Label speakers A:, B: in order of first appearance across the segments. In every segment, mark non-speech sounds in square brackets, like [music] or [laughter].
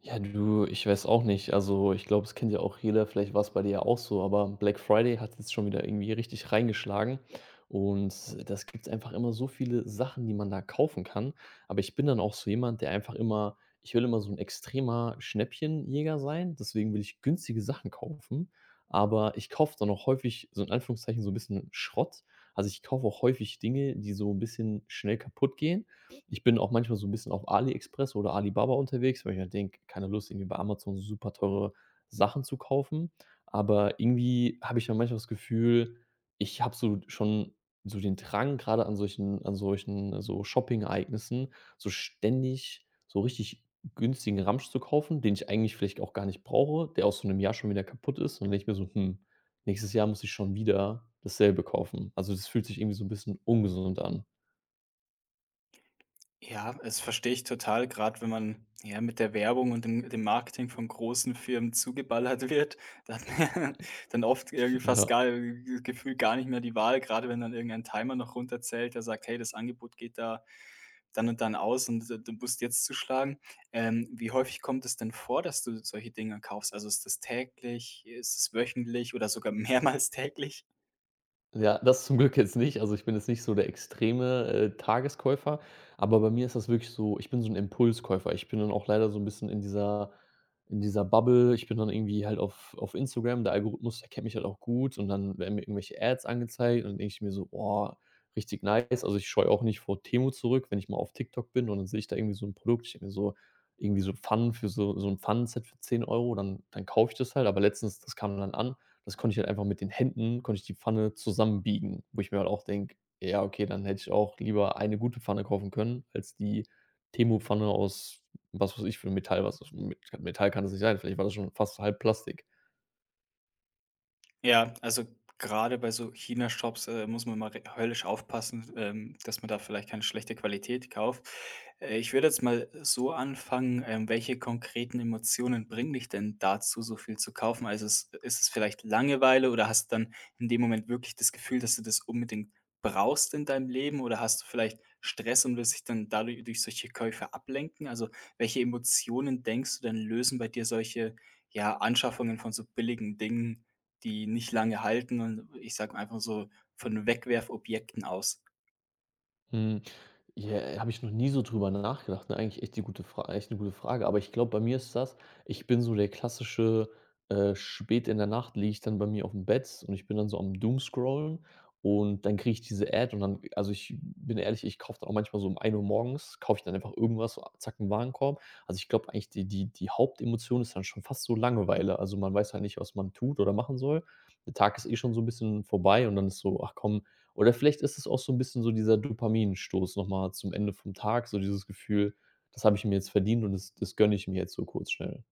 A: Ja, du, ich weiß auch nicht. Also, ich glaube, es kennt ja auch jeder. Vielleicht war es bei dir ja auch so, aber Black Friday hat jetzt schon wieder irgendwie richtig reingeschlagen. Und das gibt einfach immer so viele Sachen, die man da kaufen kann. Aber ich bin dann auch so jemand, der einfach immer, ich will immer so ein extremer Schnäppchenjäger sein. Deswegen will ich günstige Sachen kaufen. Aber ich kaufe dann auch häufig so in Anführungszeichen so ein bisschen Schrott. Also ich kaufe auch häufig Dinge, die so ein bisschen schnell kaputt gehen. Ich bin auch manchmal so ein bisschen auf AliExpress oder Alibaba unterwegs, weil ich halt denke: „Keine Lust, irgendwie bei Amazon super teure Sachen zu kaufen." Aber irgendwie habe ich dann manchmal das Gefühl, ich habe so schon so den Drang gerade an solchen so Shopping-Ereignissen, so ständig so richtig günstigen Ramsch zu kaufen, den ich eigentlich vielleicht auch gar nicht brauche, der aus so einem Jahr schon wieder kaputt ist. Und dann denke ich mir so: „Hm, nächstes Jahr muss ich schon wieder dasselbe kaufen." Also, das fühlt sich irgendwie so ein bisschen ungesund an.
B: Ja, das verstehe ich total. Gerade wenn man, ja, mit der Werbung und dem Marketing von großen Firmen zugeballert [laughs] wird, da hat man [laughs] dann oft irgendwie
A: [laughs]
B: fast
A: Ja.
B: gar gefühlt gar nicht mehr die Wahl. Gerade wenn dann irgendein Timer noch runterzählt, der sagt: „Hey, das Angebot geht da dann und dann aus und d du musst jetzt zuschlagen.“ Wie häufig kommt es denn vor, dass du solche Dinge kaufst? Also, ist das täglich? Ist es wöchentlich oder sogar [laughs] mehrmals täglich?
A: Ja, das zum Glück jetzt nicht. Also, ich bin jetzt nicht so der extreme Tageskäufer, aber bei mir ist das wirklich so. Ich bin so ein Impulskäufer. Ich bin dann auch leider so ein bisschen in dieser Bubble. Ich bin dann irgendwie halt auf Instagram. Der Algorithmus erkennt mich halt auch gut und dann werden mir irgendwelche Ads angezeigt und dann denke ich mir so: „Boah, richtig nice." Also, ich scheue auch nicht vor Temu zurück, wenn ich mal auf TikTok bin und dann sehe ich da irgendwie so ein Produkt. Ich denke mir so irgendwie so Pfannen für so ein Pfannenset für 10 Euro. Dann kaufe ich das halt. Aber letztens, das kam dann an, das konnte ich halt einfach mit den Händen, konnte ich die Pfanne zusammenbiegen, wo ich mir halt auch denke: „Ja, okay, dann hätte ich auch lieber eine gute Pfanne kaufen können als die Temu-Pfanne aus was weiß ich für Metall, was das, Metall kann das nicht sein. Vielleicht war das schon fast halb Plastik."
B: Ja, also gerade bei so China-Shops, muss man mal re höllisch aufpassen, dass man da vielleicht keine schlechte Qualität kauft. Ich würde jetzt mal so anfangen, welche konkreten Emotionen bringen dich denn dazu, so viel zu kaufen? Also, ist es vielleicht Langeweile, oder hast du dann in dem Moment wirklich das Gefühl, dass du das unbedingt brauchst in deinem Leben, oder hast du vielleicht Stress und willst dich dann dadurch, durch solche Käufe, ablenken? Also, welche Emotionen, denkst du denn, lösen bei dir solche, ja, Anschaffungen von so billigen Dingen, die nicht lange halten, und ich sage einfach so, von Wegwerfobjekten aus?
A: Hm. Ja, habe ich noch nie so drüber nachgedacht, ne? Eigentlich echt die gute Fra echt eine gute Frage. Aber ich glaube, bei mir ist das, ich bin so der klassische, spät in der Nacht liege ich dann bei mir auf dem Bett und ich bin dann so am doomscrollen und dann kriege ich diese Ad und dann, also, ich bin ehrlich, ich kaufe dann auch manchmal so um 1 Uhr morgens, kaufe ich dann einfach irgendwas, so, zack, 'n Warenkorb. Also, ich glaube eigentlich, die Hauptemotion ist dann schon fast so Langeweile. Also, man weiß halt nicht, was man tut oder machen soll. Der Tag ist eh schon so ein bisschen vorbei und dann ist so: „Ach komm," oder vielleicht ist es auch so ein bisschen so dieser Dopaminstoß noch mal zum Ende vom Tag, so dieses Gefühl: „Das habe ich mir jetzt verdient und das gönne ich mir jetzt so kurz schnell."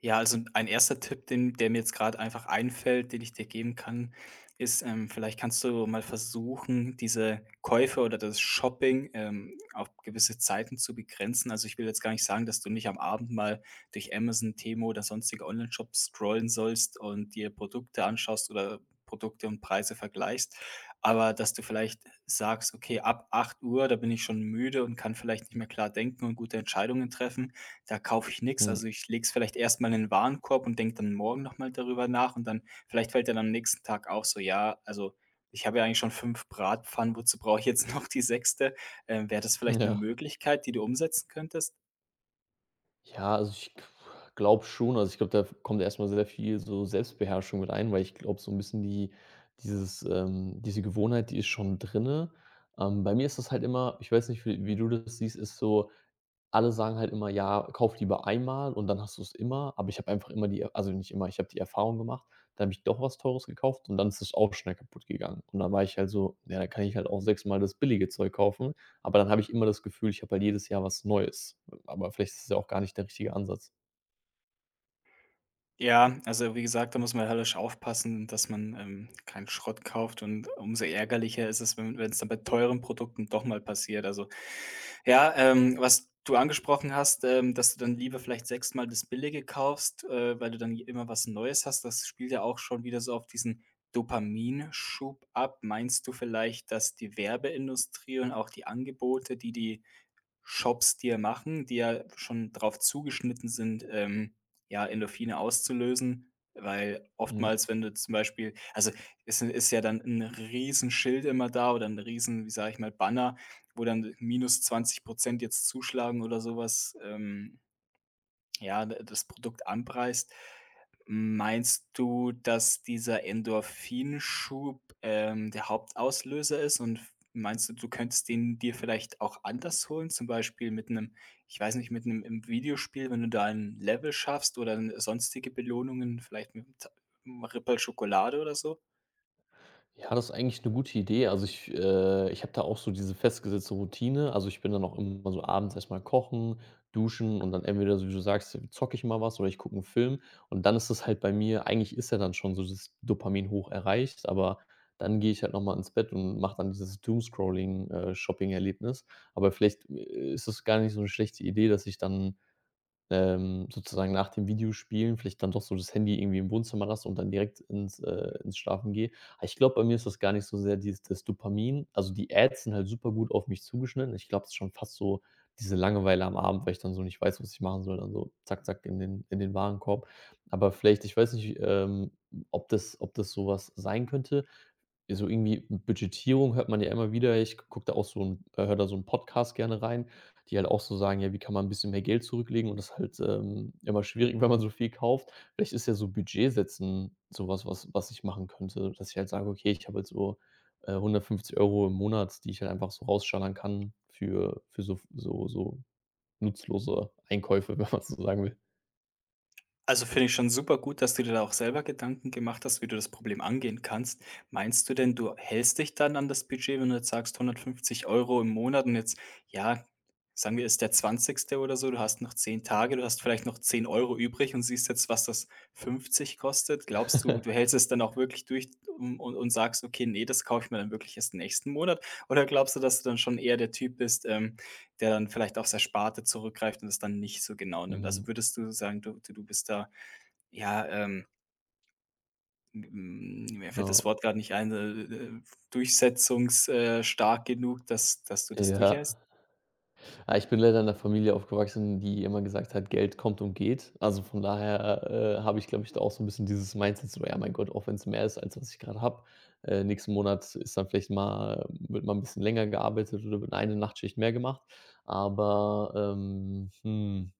B: Ja, also ein erster Tipp, den der mir jetzt gerade einfach einfällt, den ich dir geben kann, ist, vielleicht kannst du mal versuchen, diese Käufe oder das Shopping, auf gewisse Zeiten zu begrenzen. Also, ich will jetzt gar nicht sagen, dass du nicht am Abend mal durch Amazon, Temu oder sonstige Online-Shops scrollen sollst und dir Produkte anschaust oder Produkte und Preise vergleichst, aber dass du vielleicht sagst: „Okay, ab 8 Uhr, da bin ich schon müde und kann vielleicht nicht mehr klar denken und gute Entscheidungen treffen. Da kaufe ich nix.
A: Mhm,
B: Also, ich lege es vielleicht erst mal in den Warenkorb und denke dann morgen noch mal darüber nach, und dann vielleicht fällt dann am nächsten Tag auch so: Ja, also, ich habe ja eigentlich schon 5 Bratpfannen, wozu brauche ich jetzt [laughs] noch die sechste?“ Wäre das
A: [laughs]
B: vielleicht eine
A: ja.
B: Möglichkeit, die du umsetzen könntest?
A: Ja, also, ich glaube schon. Also, ich glaube, da kommt erst mal sehr viel so Selbstbeherrschung mit ein, weil ich glaube, so ein bisschen diese Gewohnheit, die ist schon drinne. Bei mir ist das halt immer, ich weiß nicht, wie du das siehst, ist so, alle sagen halt immer: „Ja, kauf lieber einmal und dann hast du es immer." Aber ich habe einfach immer die, also nicht immer, ich habe die Erfahrung gemacht, da habe ich doch was Teures gekauft und dann ist es auch schnell kaputt gegangen. Und dann war ich halt so: „Ja, dann kann ich halt auch sechsmal das billige Zeug kaufen." Aber dann habe ich immer das Gefühl, ich habe halt jedes Jahr was Neues. Aber vielleicht ist es ja auch gar nicht der richtige Ansatz.
B: Ja, also, wie gesagt, da muss man höllisch aufpassen, dass man, keinen Schrott kauft, und umso ärgerlicher ist es, wenn es dann bei teuren Produkten doch mal passiert. Also, ja, was du angesprochen hast, dass du dann lieber vielleicht sechsmal das Billige kaufst, weil du dann immer was Neues hast, das spielt ja auch schon wieder so auf diesen Dopaminschub ab. Meinst du vielleicht, dass die Werbeindustrie und auch die Angebote, die die Shops, die ja machen, die ja schon darauf zugeschnitten sind, ja, Endorphine auszulösen, weil
A: Mhm.
B: oftmals, wenn du zum Beispiel, also, es ist ja dann 'n Riesenschild immer da oder ein riesen, wie sage ich mal, Banner, wo dann minus 20% jetzt zuschlagen oder sowas. Ja, das Produkt anpreist. Meinst du, dass dieser Endorphinschub, der Hauptauslöser ist, und meinst du, du könntest den dir vielleicht auch anders holen, zum Beispiel mit einem, ich weiß nicht, mit einem im Videospiel, wenn du da 'n Level schaffst oder 'n sonstige Belohnungen, vielleicht mit'm T Rippel Schokolade oder so?
A: Ja, das ist eigentlich eine gute Idee. Also, ich habe da auch so diese festgesetzte Routine. Also, ich bin dann auch immer so abends erstmal kochen, duschen und dann entweder, so wie du sagst, zocke ich mal was oder ich gucke einen Film. Und dann ist das halt bei mir eigentlich, ist ja dann schon so das Dopamin-Hoch erreicht, aber dann gehe ich halt noch mal ins Bett und mache dann dieses Doomscrolling, Shopping-Erlebnis. Aber vielleicht, ist das gar nicht so eine schlechte Idee, dass ich dann sozusagen nach dem Videospielen vielleicht dann doch so das Handy irgendwie im Wohnzimmer lasse und dann direkt ins Schlafen gehe. Aber ich glaube, bei mir ist das gar nicht so sehr dieses, das Dopamin. Also, die Ads sind halt super gut auf mich zugeschnitten. Ich glaube, es ist schon fast so diese Langeweile am Abend, weil ich dann so nicht weiß, was ich machen soll, dann so zack, zack in den Warenkorb. Aber vielleicht, ich weiß nicht, ob das sowas sein könnte. Ja, so irgendwie Budgetierung hört man ja immer wieder. Ich gucke da auch so 'n höre da so 'n Podcast gerne rein, die halt auch so sagen: „Ja, wie kann man 'n bisschen mehr Geld zurücklegen?" Und das halt, immer schwierig, [laughs] wenn man so viel kauft. Vielleicht ist ja so Budget setzen so was, was ich machen könnte, dass ich halt sage: „Okay, ich habe jetzt so, 150 € im Monat, die ich halt einfach so rausschallern kann für so f so so nutzlose Einkäufe", [laughs] wenn man's so sagen will.
B: Also finde ich schon super gut, dass du dir da auch selber Gedanken gemacht hast, wie du das Problem angehen kannst. Meinst du denn, du hältst dich dann an das Budget, wenn du jetzt sagst 150 Euro im Monat, und jetzt, ja, sagen wir, ist der zwanzigste oder so, du hast noch 10 Tage, du hast vielleicht noch 10 Euro übrig und siehst jetzt, was das 50 kostet? Glaubst du, du hältst
A: [laughs]
B: es dann auch wirklich durch und sagst, okay, nee, das kaufe ich mir dann wirklich erst nächsten Monat? Oder glaubst du, dass du dann schon eher der Typ bist, der dann vielleicht aufs Ersparte zurückgreift und es dann nicht so genau nimmt?
A: Mhm,
B: Also würdest du sagen, du bist da, ja, mir
A: ja.
B: fällt das Wort gerade nicht ein, äh, genug, dass du das
A: Ja.
B: durchhältst?
A: Ah, ich bin leider in einer Familie aufgewachsen, die immer gesagt hat: „Geld kommt und geht." Also, von daher, habe ich, glaube ich, da auch so ein bisschen dieses Mindset so: „Ja, mein Gott, auch wenn es mehr ist, als was ich gerade habe, nächsten Monat ist dann vielleicht, mal wird mal ein bisschen länger gearbeitet oder wird eine Nachtschicht mehr gemacht." Aber,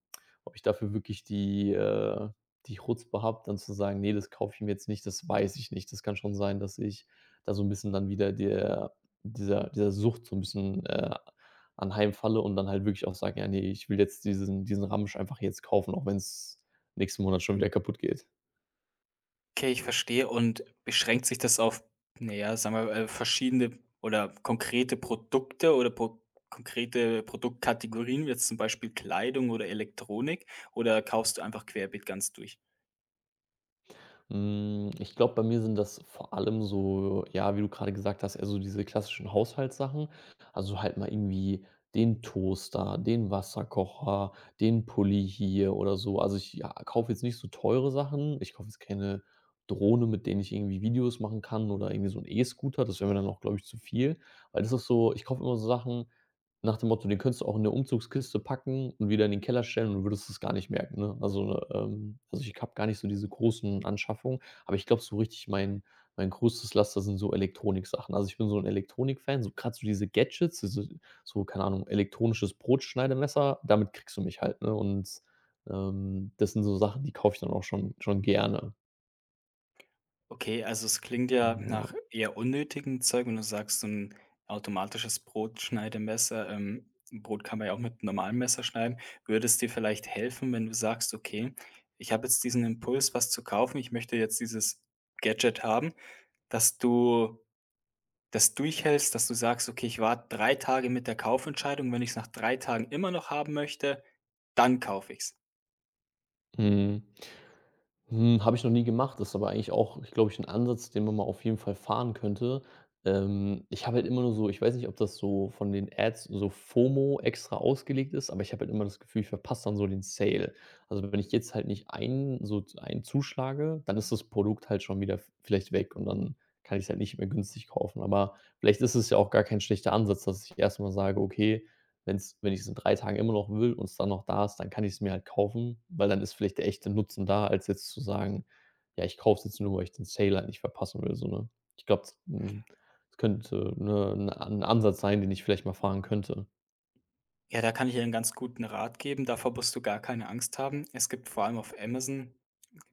A: ob ich dafür wirklich die Chutzpe habe, dann zu sagen: „Nee, das kaufe ich mir jetzt nicht", das weiß ich nicht. Das kann schon sein, dass ich da so ein bisschen dann wieder der dieser dieser Sucht so ein bisschen, anheimfalle und dann halt wirklich auch sage: „Ja, ne, ich will jetzt diesen Ramsch einfach jetzt kaufen, auch wenn es nächsten Monat schon wieder kaputt geht."
B: Okay, ich verstehe. Und beschränkt sich das auf, naja, sagen wir, verschiedene oder konkrete Produkte oder pro konkrete Produktkategorien, wie jetzt zum Beispiel Kleidung oder Elektronik, oder kaufst du einfach querbeet ganz durch?
A: Hm, ich glaube, bei mir sind das vor allem so, ja, wie du gerade gesagt hast, eher so diese klassischen Haushaltssachen. Also, halt mal irgendwie den Toaster, den Wasserkocher, den Pulli hier oder so. Also, ich, ja, kaufe jetzt nicht so teure Sachen. Ich kaufe jetzt keine Drohne, mit denen ich irgendwie Videos machen kann oder irgendwie so 'n E-Scooter. Das wäre mir dann auch, glaube ich, zu viel, weil das ist so, ich kaufe immer so Sachen, Nach dem Motto, den könntest du auch in 'ne Umzugskiste packen und wieder in den Keller stellen und würdest es gar nicht merken, ne? Also, ne, ich habe gar nicht so diese großen Anschaffungen, aber ich glaube, so richtig mein größtes Laster sind so Elektroniksachen. Also, ich bin so 'n Elektronik-Fan, so grad so diese Gadgets, diese, so, keine Ahnung, elektronisches Brotschneidemesser, damit kriegst du mich halt, ne? Und, das sind so Sachen, die kaufe ich dann auch schon gerne.
B: Okay, also es klingt ja nach
A: Ja.
B: eher unnötigem Zeug, wenn du sagst, so ein automatisches Brotschneidemesser. Brot kann man ja auch mit 'nem normalen Messer schneiden. Würde es dir vielleicht helfen, wenn du sagst: „Okay, ich habe jetzt diesen Impuls, was zu kaufen. Ich möchte jetzt dieses Gadget haben“, dass du das durchhältst, dass du sagst: „Okay, ich warte 3 Tage mit der Kaufentscheidung. Wenn ich es nach 3 Tagen immer noch haben möchte, dann kaufe ich's.“
A: Mhm. Habe ich noch nie gemacht, ist aber eigentlich auch, ich glaube ich, ein Ansatz, den man mal auf jeden Fall fahren könnte. Ich habe halt immer nur so, ich weiß nicht, ob das so von den Ads so FOMO extra ausgelegt ist, aber ich habe halt immer das Gefühl, ich verpasse dann so den Sale. Also, wenn ich jetzt halt nicht ein so z einen zuschlage, dann ist das Produkt halt schon wieder v vielleicht weg und dann kann ich es halt nicht mehr günstig kaufen. Aber vielleicht ist es ja auch gar kein schlechter Ansatz, dass ich erst mal sage: „Okay, wenn ich es in 3 Tagen immer noch will und es dann noch da ist, dann kann ich es mir halt kaufen, weil dann ist vielleicht der echte Nutzen da, als jetzt zu sagen: „Ja, ich kaufe es jetzt nur, weil ich den Sale halt nicht verpassen will", so, ne? Ich glaube, das könnte, ne, ein Ansatz sein, den ich vielleicht mal fahren könnte.
B: Ja, da kann ich dir einen ganz guten Rat geben. Davor musst du gar keine Angst haben. Es gibt vor allem auf Amazon,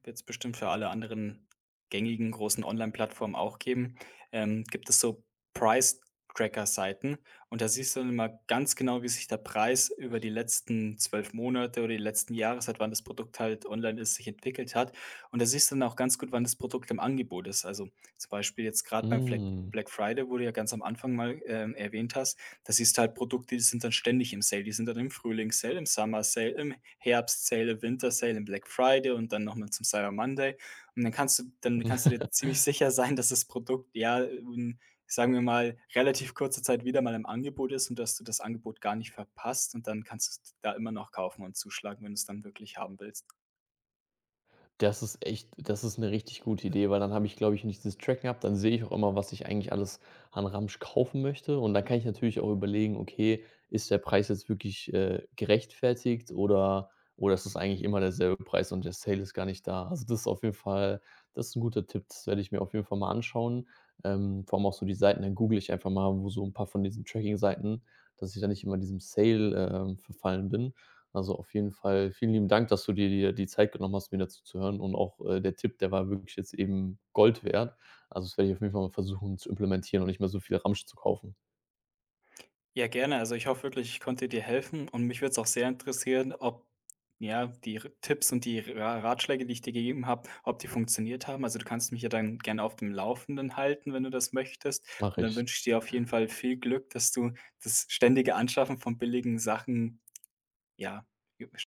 B: wird es bestimmt für alle anderen gängigen großen Online-Plattformen auch geben. Gibt es so Price-Tracker-Seiten, und da siehst du dann immer ganz genau, wie sich der Preis über die letzten 12 Monate oder die letzten Jahre, seit wann das Produkt halt online ist, sich entwickelt hat. Und da siehst du dann auch ganz gut, wann das Produkt im Angebot ist. Also zum Beispiel jetzt gerade beim Fleck
A: Hm.
B: Black Friday, wo du ja ganz am Anfang mal erwähnt hast, da siehst du halt Produkte, die sind dann ständig im Sale, die sind dann im Frühlings-Sale, im Summer-Sale, im Herbst-Sale, Winter-Sale, im Black Friday und dann nochmal zum Cyber Monday. Und dann kannst du dir
A: [laughs]
B: ziemlich [laughs] sicher sein, dass das Produkt, ja, in, sagen wir mal, relativ kurzer Zeit wieder mal im Angebot ist und dass du das Angebot gar nicht verpasst, und dann kannst du es da immer noch kaufen und zuschlagen, wenn du es dann wirklich haben willst.
A: Das ist eine richtig gute Idee, weil dann habe ich, glaube ich, nicht dieses Tracken gehabt. Dann sehe ich auch immer, was ich eigentlich alles an Ramsch kaufen möchte. Und dann kann ich natürlich auch überlegen: „Okay, ist der Preis jetzt wirklich, gerechtfertigt oder ist es eigentlich immer derselbe Preis und der Sale ist gar nicht da?" Also, das ist auf jeden Fall, das ist ein guter Tipp. Das werde ich mir auf jeden Fall mal anschauen. Vor allem auch so die Seiten, dann google ich einfach mal, wo so ein paar von diesen Tracking-Seiten, dass ich da nicht immer diesem Sale, verfallen bin. Also, auf jeden Fall vielen lieben Dank, dass du dir die Zeit genommen hast, mir dazu zu hören und auch, der Tipp, der war wirklich jetzt eben Gold wert. Also, das werde ich auf jeden Fall mal versuchen zu implementieren und nicht mehr so viel Ramsch zu kaufen.
B: Ja, gerne. Also ich hoffe wirklich, ich konnte dir helfen, und mich würde es auch sehr interessieren, ob, ja, die R Tipps und die Ra Ratschläge, die ich dir gegeben habe, ob die funktioniert haben. Also du kannst mich ja dann gerne auf dem Laufenden halten, wenn du das möchtest. Und
A: Mache
B: dann
A: ich.
B: wünsche ich dir auf jeden Fall viel Glück, dass du das ständige Anschaffen von billigen Sachen, ja,